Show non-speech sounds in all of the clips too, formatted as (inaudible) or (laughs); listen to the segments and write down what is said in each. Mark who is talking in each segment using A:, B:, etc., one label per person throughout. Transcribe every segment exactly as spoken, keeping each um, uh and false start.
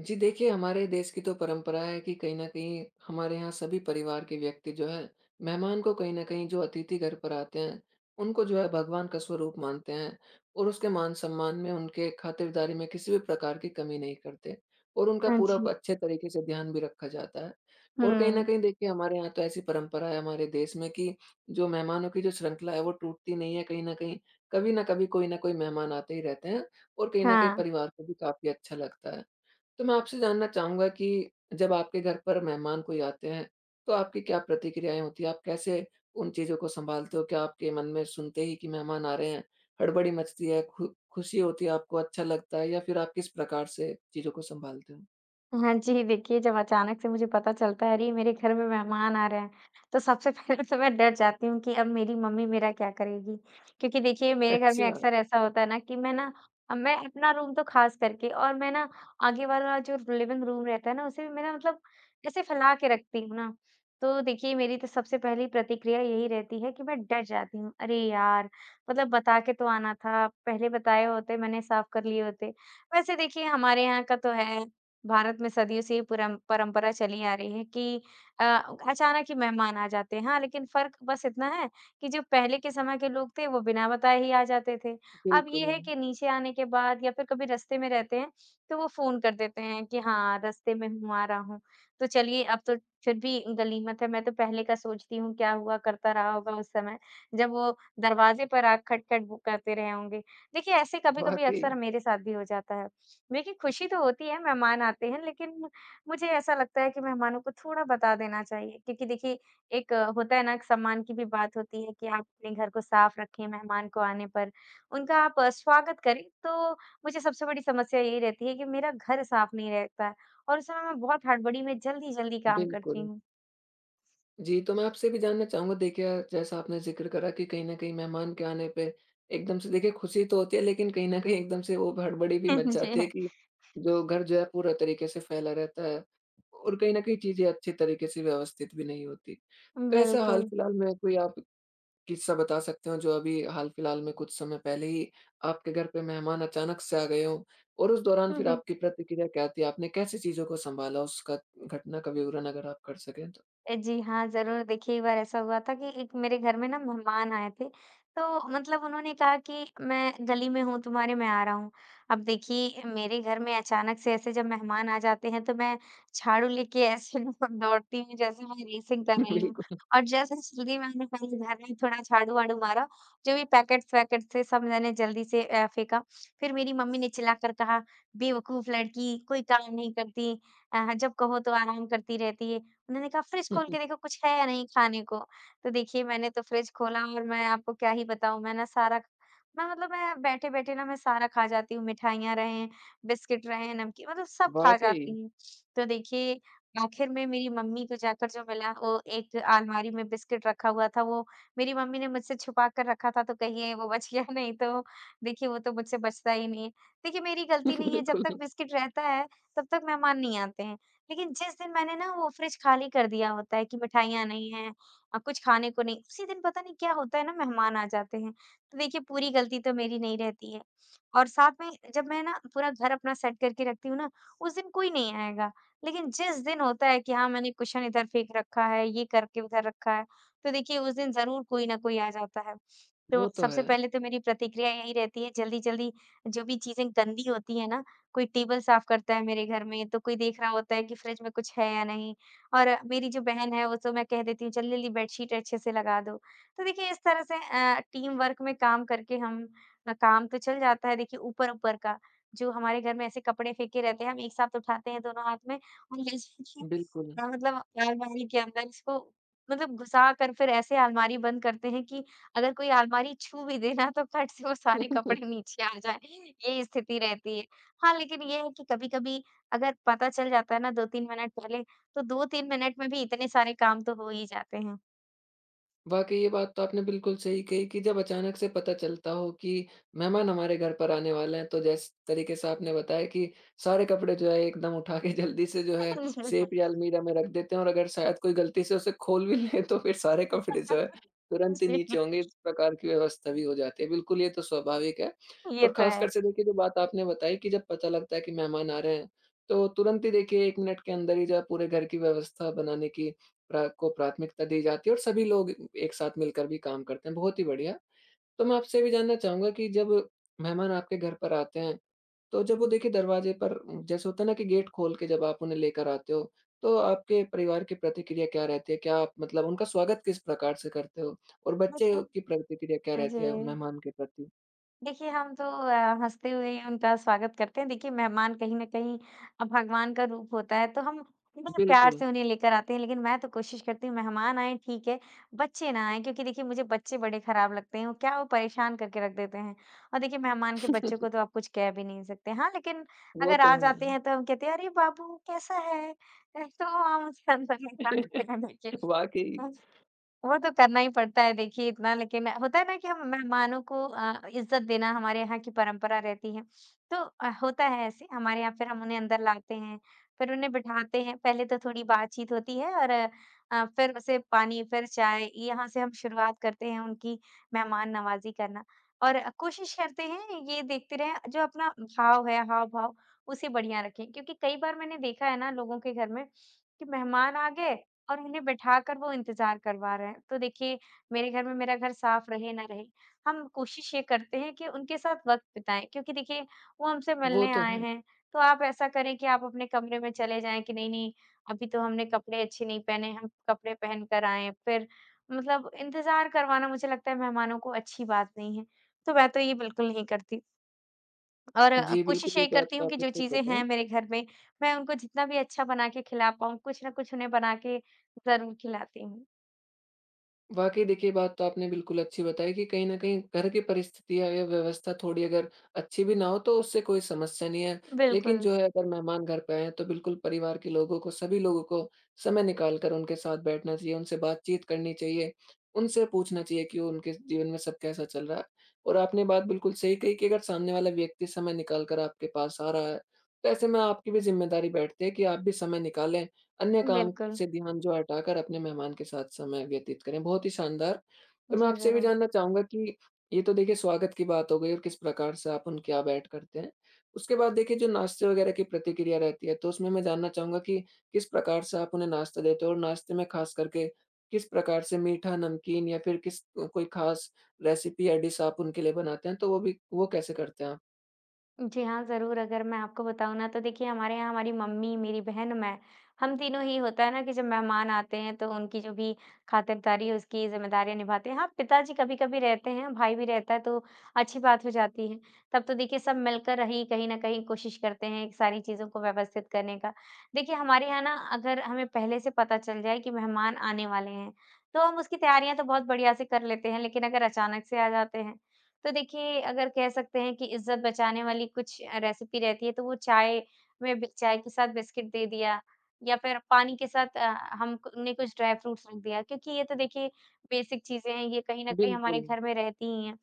A: जी देखिए, हमारे देश की तो परंपरा है कि कहीं न कहीं हमारे यहाँ सभी परिवार के व्यक्ति जो हैं, मेहमान को कहीं न कहीं जो अतिथि घर पर आते हैं, उनको जो है भगवान का स्वरूप मानते हैं और उसके मान-सम्मान में, उनके खातिरदारी में किसी भी प्रकार की कमी नहीं करते और उनका
B: हाँ
A: पूरा
B: जी।
A: प अच्छे तरीके से ध्यान भी रखा जाता है।
B: हुँ,
A: और कहीं न कहीं देखिए, हमारे यहाँ तो ऐसी परंपरा है हमारे देश में कि जो मेहमानों की जो श्रृंखला है, वो टूटती नहीं है कहीं न कहीं। कभी न कभी कोई न कोई मेहमान आते ही रहते हैं और कहीं न कहीं
B: हाँ।
A: परिवार को भी काफ़ी अच्छा लगता है। तो मैं आपसे जानना चाहूँगा कि जब आपके घर पर मेहमान कोई आते हैं, तो आपकी क्या प्रतिक्रियाएँ होती हैं? आप कैसे उन चीज़ों को सँभालते हो? क्या आपके मन में सुनते ही कि मेहमान आ रहे हैं, हड़बड़ी मचती है, खु खुशी होती है, आपको अच्छा लगता है या फिर आप किस प्रकार से चीज़ों को सँभालते हो?
B: हाँ जी, देखिए जब अचानक से मुझे पता चलता है अरे! मेरे घर में मेहमान आ रहे हैं, तो सबसे पहले तो मैं डर जाती हूँ कि अब मेरी मम्मी मेरा क्या करेगी? क्योंकि देखिए मेरे घर में
A: अच्छा,
B: अक्सर ऐसा होता है ना कि मैं ना अ, मैं अपना रूम तो ख़ास करके और मैं ना आगे वाला जो लिविंग रूम रहता है ना उसे भी मैं ना मतलब ऐसे फैला के रखती हूँ ना, तो देखिए मेरी तो सबसे पहली प्रतिक्रिया यही रहती है कि मैं डर जाती हूँ। अरे यार! मतलब बता के तो आना था, पहले बताए होते मैंने साफ़ कर लिए होते। वैसे देखिए हमारे यहाँ का तो है भारत में सदियों से ये पुरम परंपरा चली आ रही है कि अ, अचानक ही मेहमान आ जाते हैं। हाँ, लेकिन फ़र्क बस इतना है कि जो पहले के समय के लोग थे, वो बिना बताए ही आ जाते थे। अब
A: बिल्कुल,
B: ये है कि नीचे आने के बाद या फिर कभी रास्ते में रहते हैं, तो वो फ़ोन कर देते हैं कि हाँ, रास्ते में हूँ, आ रहा हूँ। तो चलिए, अब तो फिर भी गनीमत है, मैं तो पहले का सोचती हूँ, क्या हुआ करता रहा होगा उस समय, जब वो दरवाज़े पर आ खटखट वो करते रहे होंगे। देखिए, ऐसे कभी-कभी
A: वाक़ई,
B: अक्सर मेरे साथ भी हो जाता है। देखिए, खुशी तो होती है मेहमान आते हैं, लेकिन मुझे ऐसा लगता है कि मेहमानों को थोड़ा बता देना चाहिए क्योंकि देखिए एक अ, होता है ना एक सम्मान की भी बात होती है कि आप अपने घर को साफ रखें मेहमान को आने पर, उनका आप अ, स्वागत करें। तो मुझे सबसे बड़ी समस्या यही रहती है कि मेरा घर साफ नहीं रहता है और उस समय मैं बहुत हड़बड़ी में जल्दी-जल्दी काम करती
A: बिल्कुल।
B: हूँ।
A: जी, तो मैं आपसे भी जानना चाहूँगा। देखिए, जैसा आपने ज़िक्र करा कि कहीं न कहीं मेहमान के आने पे एकदम से देखिए खुशी तो होती है, लेकिन कहीं न कहीं एकदम से वो हड़बड़ी भी मच
B: (laughs) जी,
A: जाती है कि जो घर जो है पूरा तरीके से फैला रहता है और कहीं न कहीं चीज़ें अच्छे तरीके से व्यवस्थित भी नहीं होती। तो ऐसा
B: बिल्कुल।
A: हाल-फिलहाल में कोई आप किस्सा बता सकते हो, जो अभी हाल-फिलहाल में कुछ समय पहले ही आपके घर पे मेहमान अचानक से आ गए हों और उस दौरान फिर आपकी
B: (laughs)
A: प्रतिक्रिया क्या थी? आपने कैसे चीज़ों को सँभाला? उसका घटना का विवरण अगर आप कर सकें तो?
B: अ, जी हाँ, ज़रूर। देखिए, एक बार ऐसा हुआ था कि एक मेरे घर में ना मेहमान आए थे, तो मतलब उन्होंने कहा कि मैं गली में हूँ, तुम्हारे मैं आ रहा हूँ। अब देखिए, मेरे घर में अचानक से ऐसे जब मेहमान आ जाते हैं, तो मैं झाड़ू लेके ऐसे (laughs) मतलब दौड़ती हूँ जैसे मैं रेसिंग कर
A: (laughs)
B: रही हूँ।
A: बिल्कुल।
B: और जैसे जल्दी मैंने पहले घर में थोड़ा झाड़ू-वाड़ू मारा, जो भी पैकेट्स-वैकेट्स थे, सब मैंने जल्दी से अ, फेंका। फिर मेरी मम्मी ने चिल्लाकर कहा, "बेवकूफ़ लड़की, कोई काम नहीं करती। अ, जब कहो तो आराम करती रहती है।" उन्होंने कहा, "फ्रिज खोल के देखो कुछ है या नहीं खाने को?" तो देखिए मैंने तो फ्रिज खोला और मैं आपको क्या ही बताऊँ मैं ना सारा मैं मतलब मैं बैठे-बैठे ना मैं सारा खा जाती हूँ, मिठाइयाँ रहें, बिस्किट रहें, नमकीन मतलब सब खा
A: वाक़ई।
B: जाती हूँ। तो देखिए आखिर में मेरी मम्मी को जाकर जो मिला वो एक अलमारी में बिस्किट रखा हुआ था, वो मेरी मम्मी ने मुझसे छुपा कर रखा था तो कहिए वो बच गया (laughs) नहीं तो देखिए वो तो मुझसे बचता ही नहीं है। देखिए मेरी गलती
A: (laughs)
B: नहीं है, जब तक
A: बिल्कुल,
B: बिस्किट रहता है तब तक मेहमान नहीं आते हैं। लेकिन जिस दिन मैंने ना वो फ्रिज खाली कर दिया होता है कि मिठाइयाँ नहीं हैं अ, कुछ खाने को नहीं, उसी दिन पता नहीं क्या होता है ना मेहमान आ जाते हैं। तो देखिए पूरी गलती तो मेरी नहीं रहती है और साथ में जब मैं ना पूरा घर अपना सेट करके रखती हूँ ना, उस दिन कोई नहीं आएगा। लेकिन जिस दिन होता है कि हाँ, मैंने कुशन इधर फेंक रखा है, ये करके उधर रखा है, तो देखिए उस दिन ज़रूर कोई ना कोई आ जाता है। तो
A: वो तो
B: सबसे
A: है,
B: पहले तो मेरी प्रतिक्रिया यही रहती है जल्दी-जल्दी जो भी चीज़ें गंदी होती है ना कोई टेबल साफ करता है मेरे घर में, तो कोई देख रहा होता है कि फ्रिज में कुछ है या नहीं और मेरी जो बहन है, उसे मैं कह देती हूँ, "चल ले ली बेडशीट अच्छे से लगा दो।" तो देखिए इस तरह से अ, टीम वर्क में काम करके हम अ, काम तो चल जाता है देखिए ऊपर-ऊपर का, जो हमारे घर में ऐसे कपड़े फेंके रहते हैं, हम एक साथ उठाते हैं दोनों हाथ में और ले जाके
A: बिल्कुल।
B: अ, मतलब अलमारी के अंदर इसको मतलब घुसा कर फिर ऐसे अलमारी बंद करते हैं कि अगर कोई अलमारी छू भी दे ना, तो फट से वो सारे कपड़े
A: (laughs)
B: नीचे आ जाएँ, ये स्थिति रहती है। हाँ, लेकिन ये है कि कभी-कभी अगर पता चल जाता है ना दो-तीन मिनट पहले, तो दो-तीन मिनट में भी इतने सारे काम तो हो ही जाते हैं।
A: वाक़ई, ये बात तो आपने बिल्कुल सही कही कि जब अचानक से पता चलता हो कि मेहमान हमारे घर पर आने वाले हैं, तो जिस तरीके से आपने बताया कि सारे कपड़े जो है एकदम उठा के (laughs) जल्दी से जो है सेफ
B: (laughs)
A: या अलमीरा में रख देते हैं और अगर शायद कोई गलती से उसे खोल भी ले तो फिर सारे कपड़े जो है तुरंत ही नीचे
B: जी,
A: होंगे, इस प्रकार की व्यवस्था भी हो जाती है। बिल्कुल, ये तो स्वाभाविक है।
B: ये
A: और
B: तो है।
A: ख़ासकर से देखिए, जो बात आपने बताई कि जब पता लगता है कि मेहमान आ रहे हैं, तो तुरंत ही देखिए एक मिनट के अंदर ही जो है पूरे घर की व्यवस्था बनाने की प्रा को प्राथमिकता दी जाती है और सभी लोग एक साथ मिलकर भी काम करते हैं, बहुत ही बढ़िया। तो मैं आपसे ये भी जानना चाहूँगा कि जब मेहमान आपके घर पर आते हैं, तो जब वो देखिए दरवाज़े पर, जैसे होता है ना कि गेट खोल के जब आप उन्हें लेकर आते हो, तो आपके परिवार की प्रतिक्रिया क्या रहती है? क्या आप मतलब उनका स्वागत किस प्रकार से करते हो? और
B: (laughs)
A: बच्चे की
B: देखिए
A: प्रतिक्रिया क्या रहती
B: जी।
A: है उन मेहमान के प्रति?
B: देखिए, हम तो अ, हँसते हुए ही उनका स्वागत करते हैं। देखिए, मेहमान कहीं न कहीं अ, भगवान का रूप होता है, तो हम बड़े प्यार
A: बिल्कुल।
B: से उन्हें लेकर आते हैं। लेकिन मैं तो कोशिश करती हूँ, मेहमान आएँ, ठीक है, बच्चे ना आएँ, क्योंकि देखिए, मुझे बच्चे बड़े खराब लगते हैं। वो क्या, वो परेशान करके रख देते हैं और देखिए, मेहमान के बच्चों को तो
A: (laughs)
B: आप कुछ कह भी नहीं सकते। हाँ, लेकिन
A: वो
B: अगर
A: तो
B: आ
A: है।
B: जाते हैं, तो हम कहते हैं, "अरे बाबू, कैसा है?" अ, तो हम (laughs) उनसे अंदर निकाल देते हैं, देखिए।
A: (laughs) वाक़ई,
B: वो तो करना ही पड़ता है देखिए इतना लेकिन होता है ना कि हम मेहमानों को अ, इज़्ज़त देना हमारे यहाँ की परंपरा रहती है। तो अ, होता है ऐसे हमारे यहाँ फिर हम उन्हें अंदर लाते हैं, फिर उन्हें बिठाते हैं, पहले तो थोड़ी बातचीत होती है और अ, फिर उसे पानी, फिर चाय यहाँ से हम शुरुआत करते हैं उनकी मेहमान नवाज़ी करना। और कोशिश करते हैं ये देखते रहें जो अपना भाव है, हाव-भाव उसे बढ़िया रखें क्योंकि कई बार मैंने देखा है ना लोगों के घर में कि मेहमान आ गए और उन्हें बैठाकर वो इंतज़ार करवा रहे हैं। तो देखिए, मेरे घर में मेरा घर साफ़ रहे ना रहे, हम कोशिश ये करते हैं कि उनके साथ वक़्त बिताएँ क्योंकि देखिए, वो हमसे
A: वो
B: मिलने
A: तो
B: आए
A: है।
B: हैं। तो आप ऐसा करें कि आप अपने कमरे में चले जाएँ कि नहीं-नहीं, अभी तो हमने कपड़े अच्छे नहीं पहने, हम कपड़े पहन कर आएँ हैं। फिर मतलब इंतज़ार करवाना मुझे लगता है मेहमानों को अच्छी बात नहीं है। तो मैं तो ये बिल्कुल नहीं करती। और अ,
A: जी,
B: कोशिश
A: बिल्कुल, ये
B: यही
A: बात
B: करती
A: तो
B: हूँ कि
A: आपने
B: जो
A: सही
B: चीज़ें
A: बताई।
B: हैं मेरे घर में, मैं उनको जितना भी अच्छा बना के खिला पाऊँ, कुछ न कुछ उन्हें बना के ज़रूर खिलाती हूँ।
A: वाक़ई देखिए, बात तो आपने बिल्कुल अच्छी बताई कि कहीं न कहीं घर की परिस्थितियाँ या व्यवस्था थोड़ी अगर अच्छी भी ना हो तो उससे कोई समस्या नहीं है। लेकिन
B: बिल्कुल,
A: जो है अगर मेहमान घर पे आए हैं तो बिल्कुल परिवार के लोगों को, सभी लोगों को समय निकाल कर उनके साथ बैठना चाहिए, उनसे बातचीत करनी चाहिए, उनसे पूछना चाहिए कि उनके जीवन में सब कैसा चल रहा है। और आपने बात बिल्कुल सही कही कि अगर सामने वाला व्यक्ति समय निकाल कर आपके पास आ रहा है, तो ऐसे में आपकी भी ज़िम्मेदारी बैठती है कि आप भी समय निकालें, अन्य काम
B: बिल्कुल।
A: से ध्यान जो हटाकर अपने मेहमान के साथ समय व्यतीत करें, बहुत ही शानदार। तो मैं
B: जी,
A: आपसे ये भी
B: ज़रूर।
A: जानना चाहूँगा कि ये तो देखिए स्वागत की बात हो गई और किस प्रकार से आप उनके यहाँ बैठ करते हैं। उसके बाद देखिए जो नाश्ते वगैरह की प्रतिक्रिया रहती है, तो उसमें मैं जानना चाहूँगा कि किस प्रकार से आप उन्हें नाश्ता देते हो और नाश्ते में ख़ास करके किस प्रकार से मीठा, नमकीन या फिर किस अ, कोई ख़ास रेसिपी या डिश आप उनके लिए बनाते हैं, तो वो भी वो कैसे करते हैं आप?
B: जी हाँ, ज़रूर अगर मैं आपको बताऊँ ना तो देखिए हमारे यहाँ हमारी मम्मी, मेरी बहन, मैं, हम तीनों ही होता है ना कि जब मेहमान आते हैं तो उनकी जो भी खातिरदारी है उसकी ज़िम्मेदारियाँ निभाते हैं। हाँ, पिताजी कभी-कभी रहते हैं, भाई भी रहता है तो अच्छी बात हो जाती है। तब तो देखिए सब मिलकर ही कहीं न कहीं कोशिश करते हैं कि सारी चीज़ों को व्यवस्थित करने का। देखिए हमारे यहाँ ना अगर हमें पहले से पता चल जाए कि मेहमान आने वाले हैं, तो हम उसकी तैयारियाँ तो बहुत बढ़िया से कर लेते हैं लेकिन अगर अचानक से आ जाते हैं, तो देखिए अगर कह सकते हैं कि इज़्ज़त बचाने वाली कुछ अ, रेसिपी रहती है तो वो चाय में बि चाय के साथ बिस्किट दे दिया या फिर पानी के साथ अ, हम ने कुछ ड्राई फ्रूट्स रख दिया क्योंकि ये तो देखिए बेसिक चीज़ें हैं, ये कहीं न कहीं हमारे
A: बिल्कुल,
B: घर में रहती ही हैं।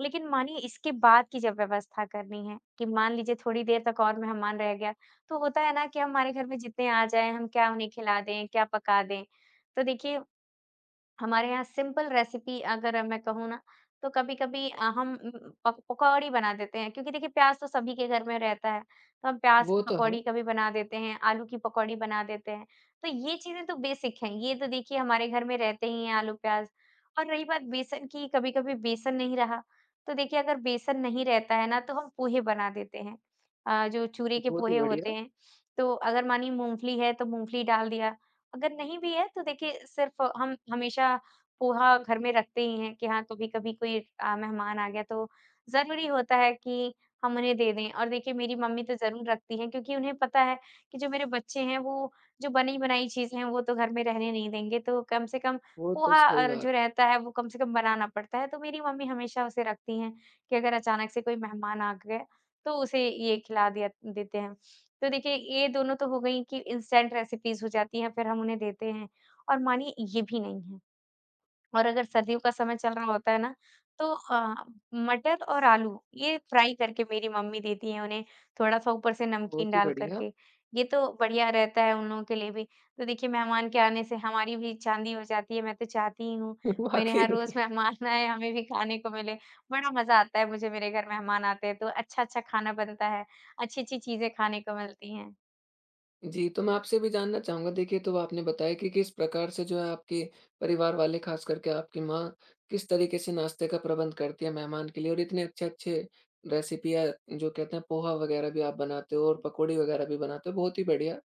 B: लेकिन मानिए इसके बाद की जब व्यवस्था करनी है कि मान लीजिए थोड़ी देर तक और मेहमान रह गया, तो होता है ना कि हमारे घर में जितने आ जाएँ हम क्या उन्हें खिला दें, क्या पका दें? तो देखिए हमारे यहाँ सिंपल रेसिपी अगर मैं कहूँ ना, तो कभी-कभी अ, हम उम, पक पकौड़ी बना देते हैं क्योंकि देखिए प्याज़ तो सभी के घर में रहता है, तो हम प्याज़
A: वो
B: की
A: तो है।
B: पकौड़ी कभी बना देते हैं, आलू की पकौड़ी बना देते हैं। तो ये चीज़ें तो बेसिक हैं, ये तो देखिए हमारे घर में रहते ही हैं आलू प्याज़। और रही बात बेसन की, कभी-कभी बेसन नहीं रहा, तो देखिए अगर बेसन नहीं रहता है ना, तो हम पोहे बना देते हैं। अ, जो चूरे के
A: बहुत ही
B: पोहे होते
A: बढ़िया,
B: हैं, तो अगर मानिए मूँगफली है, तो मूँगफली डाल दिया। अगर नहीं भी है तो देखिए सिर्फ़ हम हमेशा पोहा घर में रखते ही हैं कि हाँ, कभी-कभी कोई अ, मेहमान आ गया तो ज़रूरी होता है कि हम उन्हें दे दें। और देखिए मेरी मम्मी तो ज़रूर रखती हैं क्योंकि उन्हें पता है कि जो मेरे बच्चे हैं वो जो बनी-बनाई चीज़ें हैं वो तो घर में रहने नहीं देंगे, तो कम से कम
A: वो तो
B: पोहा
A: सही
B: और
A: बात
B: जो
A: है।
B: रहता है वो कम से कम बनाना पड़ता है। तो मेरी मम्मी हमेशा उसे रखती हैं कि अगर अचानक से कोई मेहमान आ गया तो उसे ये खिला दिया देते हैं। तो देखिए ये दोनों तो हो गई कि इंस्टेंट रेसिपीज़ हो जाती हैं, फिर हम उन्हें देते हैं और मानिए ये भी नहीं है। और अगर सर्दियों का समय चल रहा होता है ना, तो अ, मटर और आलू ये फ्राई करके मेरी मम्मी देती हैं उन्हें, थोड़ा-सा ऊपर से नमकीन
A: बहुत ही
B: डाल कर
A: बढ़िया।
B: के। ये तो बढ़िया रहता है उन लोगों के लिए भी। तो देखिए मेहमान के आने से हमारी भी चाँदी हो जाती है, मैं तो चाहती ही हूँ, मेरे यहाँ
A: वाकई।
B: रोज़
A: (laughs) (laughs)
B: मेहमान (laughs) आए, हमें भी खाने को मिले। बड़ा मज़ा आता है मुझे मेरे घर मेहमान आते हैं तो अच्छा-अच्छा खाना बनता है, अच्छी-अच्छी चीज़ें खाने को मिलती हैं।
A: जी, तो मैं आपसे भी जानना चाहूँगा। देखिए, तो आपने बताया कि किस प्रकार से जो है आपके परिवार वाले, ख़ास करके आपकी माँ, किस तरीके से नाश्ते का प्रबंध करती है मेहमान के लिए और इतने अच्छे-अच्छे रेसिपी या जो कहते हैं पोहा वग़ैरह भी आप बनाते हो और पकौड़ी वग़ैरह भी बनाते हो, बहुत ही बढ़िया।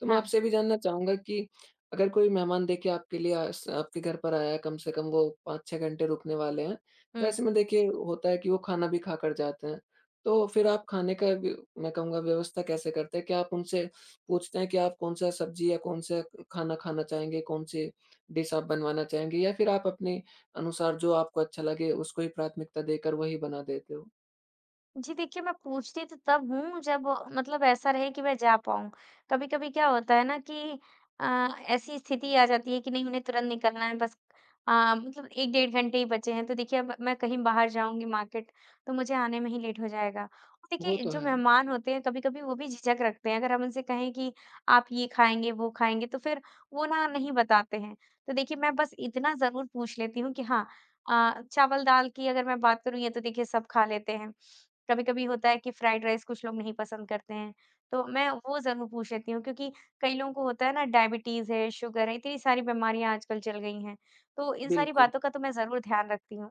A: तो मैं
B: हाँ।
A: आपसे भी जानना चाहूँगा कि अगर कोई मेहमान देखिए आपके लिए आस आपके घर पर आया है, कम से कम वो पाँच छह घंटे रुकने वाले हैं, तो
B: हुँ।
A: ऐसे में देखिए होता है कि वो खाना भी खाकर जाते हैं। तो फिर आप खाने का व्य मैं कहूँगा व्यवस्था कैसे करते हैं? क्या आप उनसे पूछते हैं कि आप कौन-सा सब्ज़ी या कौन-सा खाना खाना चाहेंगे, कौन-से डिश आप बनवाना चाहेंगे, या फिर आप अपने अनुसार जो आपको अच्छा लगे उसको ही प्राथमिकता देकर वही बना देते हो।
B: जी देखिए, मैं पूछती तो तब हूँ जब अ, मतलब ऐसा रहे कि मैं जा पाऊँ। कभी-कभी क्या होता है ना कि अ, ऐसी स्थिति आ जाती है कि नहीं उन्हें तुरंत निकलना है बस अ, मतलब एक डेढ़ घंटे ही बचे हैं तो देखिए अब मैं कहीं बाहर जाऊँगी मार्केट तो मुझे आने में ही लेट हो जाएगा। और
A: वो
B: देखिए
A: तो
B: जो
A: है।
B: मेहमान होते हैं कभी-कभी वो भी झिझक रखते हैं अगर हम उनसे कहें कि आप ये खाएँगे, वो खाएँगे तो फिर वो ना नहीं बताते हैं। तो देखिए मैं बस इतना ज़रूर पूछ लेती हूँ कि हाँ, अ, चावल-दाल की अगर मैं बात करूँ ये तो देखिए सब खा लेते हैं। कभी-कभी होता है कि फ्राइड राइस कुछ लोग नहीं पसंद करते हैं, तो मैं वो ज़रूर पूछ लेती हूँ क्योंकि कई लोगों को होता है ना डायबिटीज़ है, शुगर है, इतनी सारी बीमारियाँ आजकल चल गई हैं, तो इन सारी
A: बिल्कुल,
B: बातों का तो मैं ज़रूर ध्यान रखती हूँ।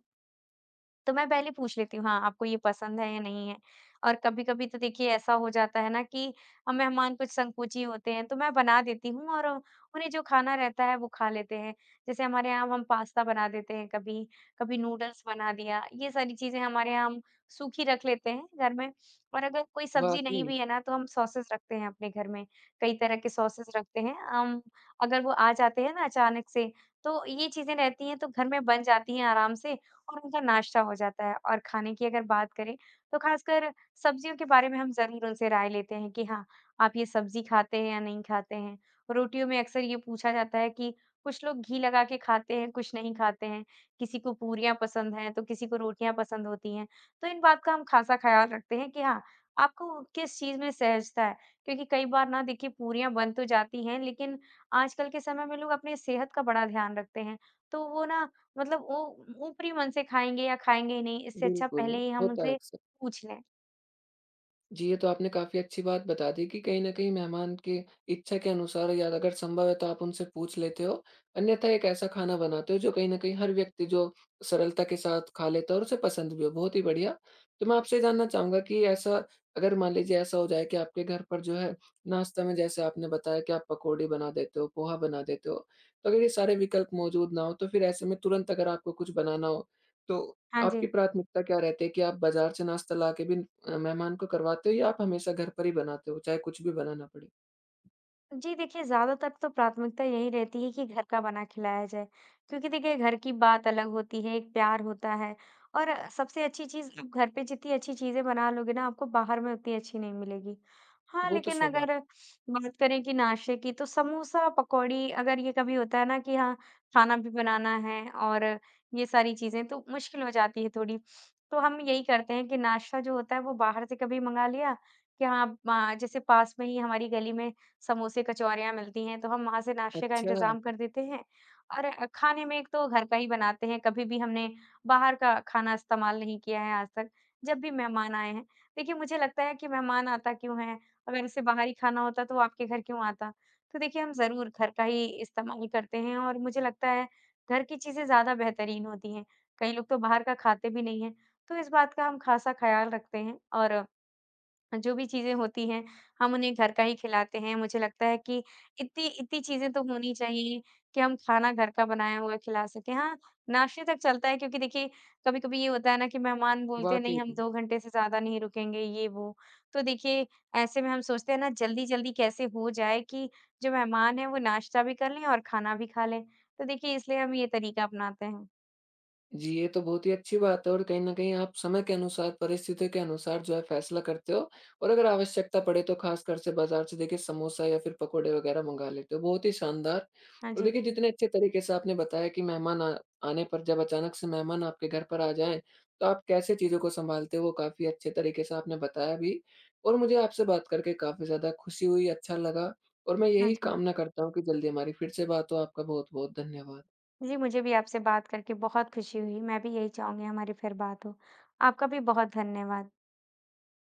B: तो मैं पहले पूछ लेती हूँ, हाँ, आपको ये पसंद है या नहीं है? और कभी-कभी तो देखिए ऐसा हो जाता है ना कि अ, मेहमान कुछ संकोची होते हैं तो मैं बना देती हूँ और उन्हें जो खाना रहता है वो खा लेते हैं। जैसे हमारे यहाँ हम पास्ता बना देते हैं कभी, कभी नूडल्स बना दिया, ये सारी चीज़ें हमारे यहाँ हम सूखी रख लेते हैं घर में। और अगर कोई सब्ज़ी नहीं
A: वाक़ई,
B: भी है ना तो हम सॉसेज़ रखते हैं अपने घर में, कई तरह के सॉसेज़ रखते हैं। अम, अगर वो आ जाते हैं ना अचानक से तो ये चीज़ें रहती हैं तो घर में बन जाती हैं आराम से और उनका नाश्ता हो जाता है और खाने की अगर बात करें, तो ख़ासकर सब्ज़ियों के बारे में हम ज़रूर उनसे राय लेते हैं कि हाँ, आप ये सब्ज़ी खाते हैं या नहीं खाते हैं? रोटियों में अक्सर ये पूछा जाता है कि कुछ लोग घी लगा के खाते हैं, कुछ नहीं खाते हैं। किसी को पूरियाँ पसंद हैं, तो किसी को रोटियाँ पसंद होती हैं। तो इन बात का हम ख़ासा ख़्याल रखते हैं कि हाँ, आपको किस चीज़ में सहजता है? क्योंकि कई बार ना देखिए पूरियाँ बन तो जाती हैं, लेकिन आजकल के समय में लोग अपनी सेहत का बड़ा ध्यान रखते हैं। तो वो ना मतलब वो ऊपरी मन से खाएँगे या खाएँगे ही नहीं, इससे अच्छा
A: बिल्कुल,
B: पहले ही हम
A: होता है
B: उनसे
A: अक्सर।
B: पूछ लें।
A: जी, ये तो आपने काफ़ी अच्छी बात बता दी कि कहीं न कहीं मेहमान की इच्छा के अनुसार, या अगर संभव है तो आप उनसे पूछ लेते हो। अन्यथा एक ऐसा खाना बनाते हो जो कहीं न कहीं हर व्यक्ति जो सरलता के साथ खा लेता है और उसे पसंद भी हो, बहुत ही बढ़िया। तो मैं आपसे जानना चाहूँगा कि ऐसा, अगर मान लीजिए ऐसा हो जाए कि आपके घर पर जो है नाश्ता में, जैसे आपने बताया कि आप पकौड़ी बना देते हो, पोहा बना देते हो। तो अगर ये सारे विकल्प मौजूद ना हो तो फिर ऐसे में तुरंत अगर आपको कुछ बनाना हो, तो
B: हाँ जी।
A: आपकी प्राथमिकता क्या रहती है कि आप बाज़ार से नाश्ता ला के भी अ, मेहमान को करवाते हो, या आप हमेशा घर पर ही बनाते हो, चाहे कुछ भी बनाना पड़े?
B: जी देखिए, ज़्यादातर तो प्राथमिकता यही रहती है कि घर का बना खिलाया जाए, क्योंकि देखिए घर की बात अलग होती है, एक प्यार होता है और अ, सबसे अच्छी चीज़ आप घर पे जितनी अच्छी चीज़ें बना लोगे ना, आपको बाहर में उतनी अच्छी नहीं मिलेगी। हाँ,
A: वो तो
B: लेकिन
A: स्वभाव।
B: अगर बात करें कि नाश्ते की तो समोसा, पकौड़ी अगर ये कभी होता है ना कि हाँ, खाना भी बनाना है और ये सारी चीज़ें तो मुश्किल हो जाती है थोड़ी। तो हम यही करते हैं कि नाश्ता जो होता है वो बाहर से कभी मँगा लिया कि हाँ, मा जैसे पास में ही हमारी गली में समोसे, कचौरियाँ मिलती हैं, तो हम वहाँ से नाश्ते का
A: अच्छा,
B: इंतज़ाम कर देते हैं। और अ, खाने में एक तो घर का ही बनाते हैं, कभी भी हमने बाहर का खाना इस्तेमाल नहीं किया है आज तक, जब भी मेहमान आए हैं। देखिए, मुझे लगता है कि मेहमान आता क्यों है? अगर उसे बाहर ही खाना होता, तो वो आपके घर क्यों आता? तो देखिए, हम ज़रूर घर का ही इस्तेमाल करते हैं और मुझे लगता है, घर की चीज़ें ज़्यादा बेहतरीन होती हैं। कई लोग तो बाहर का खाते भी नहीं हैं, तो इस बात का हम ख़ासा ख़्याल रखते हैं और जो भी चीज़ें होती हैं, हम उन्हें घर का ही खिलाते हैं। मुझे लगता है कि इतनी इतनी चीज़ें तो होनी चाहिए कि हम खाना घर का बनाया हुआ खिला सकें। हाँ, नाश्ते तक चलता है क्योंकि देखिए कभी-कभी ये होता है ना कि मेहमान बोलते हैं,
A: वाक़ई।
B: "नहीं, हम दो घंटे से ज़्यादा नहीं रुकेंगे," ये वो। तो देखिए, ऐसे में हम सोचते हैं ना जल्दी-जल्दी कैसे हो जाए कि जो मेहमान हैं वो नाश्ता भी कर लें और खाना भी खा लें। तो देखिए इसलिए हम ये तरीका अपनाते हैं।
A: जी, ये तो बहुत ही अच्छी बात है और कहीं न कहीं आप समय के अनुसार, परिस्थितियों के अनुसार जो है फैसला करते हो और अगर आवश्यकता पड़े तो ख़ासकर से बाज़ार से देखिए समोसा या फिर पकोड़े वग़ैरह मँगा लेते हो, बहुत ही शानदार।
B: हाँ
A: और
B: जी।
A: देखिए जितने अच्छे तरीके से आपने बताया कि मेहमान आ आने पर, जब अचानक से मेहमान आपके घर पर आ जाएँ, तो आप कैसे चीज़ों को सँभालते हो, वो काफ़ी अच्छे तरीके से आपने बताया भी और मुझे आपसे बात करके काफ़ी ज़्यादा खुशी हुई, अच्छा लगा और मैं
B: हाँ
A: यही
B: जी।
A: कामना करता हूँ कि जल्दी हमारी फिर से बात हो। आपका बहुत-बहुत धन्यवाद।
B: जी, मुझे भी आपसे बात करके बहुत खुशी हुई। मैं भी यही चाहूँगी हमारी फिर बात हो। आपका भी बहुत धन्यवाद।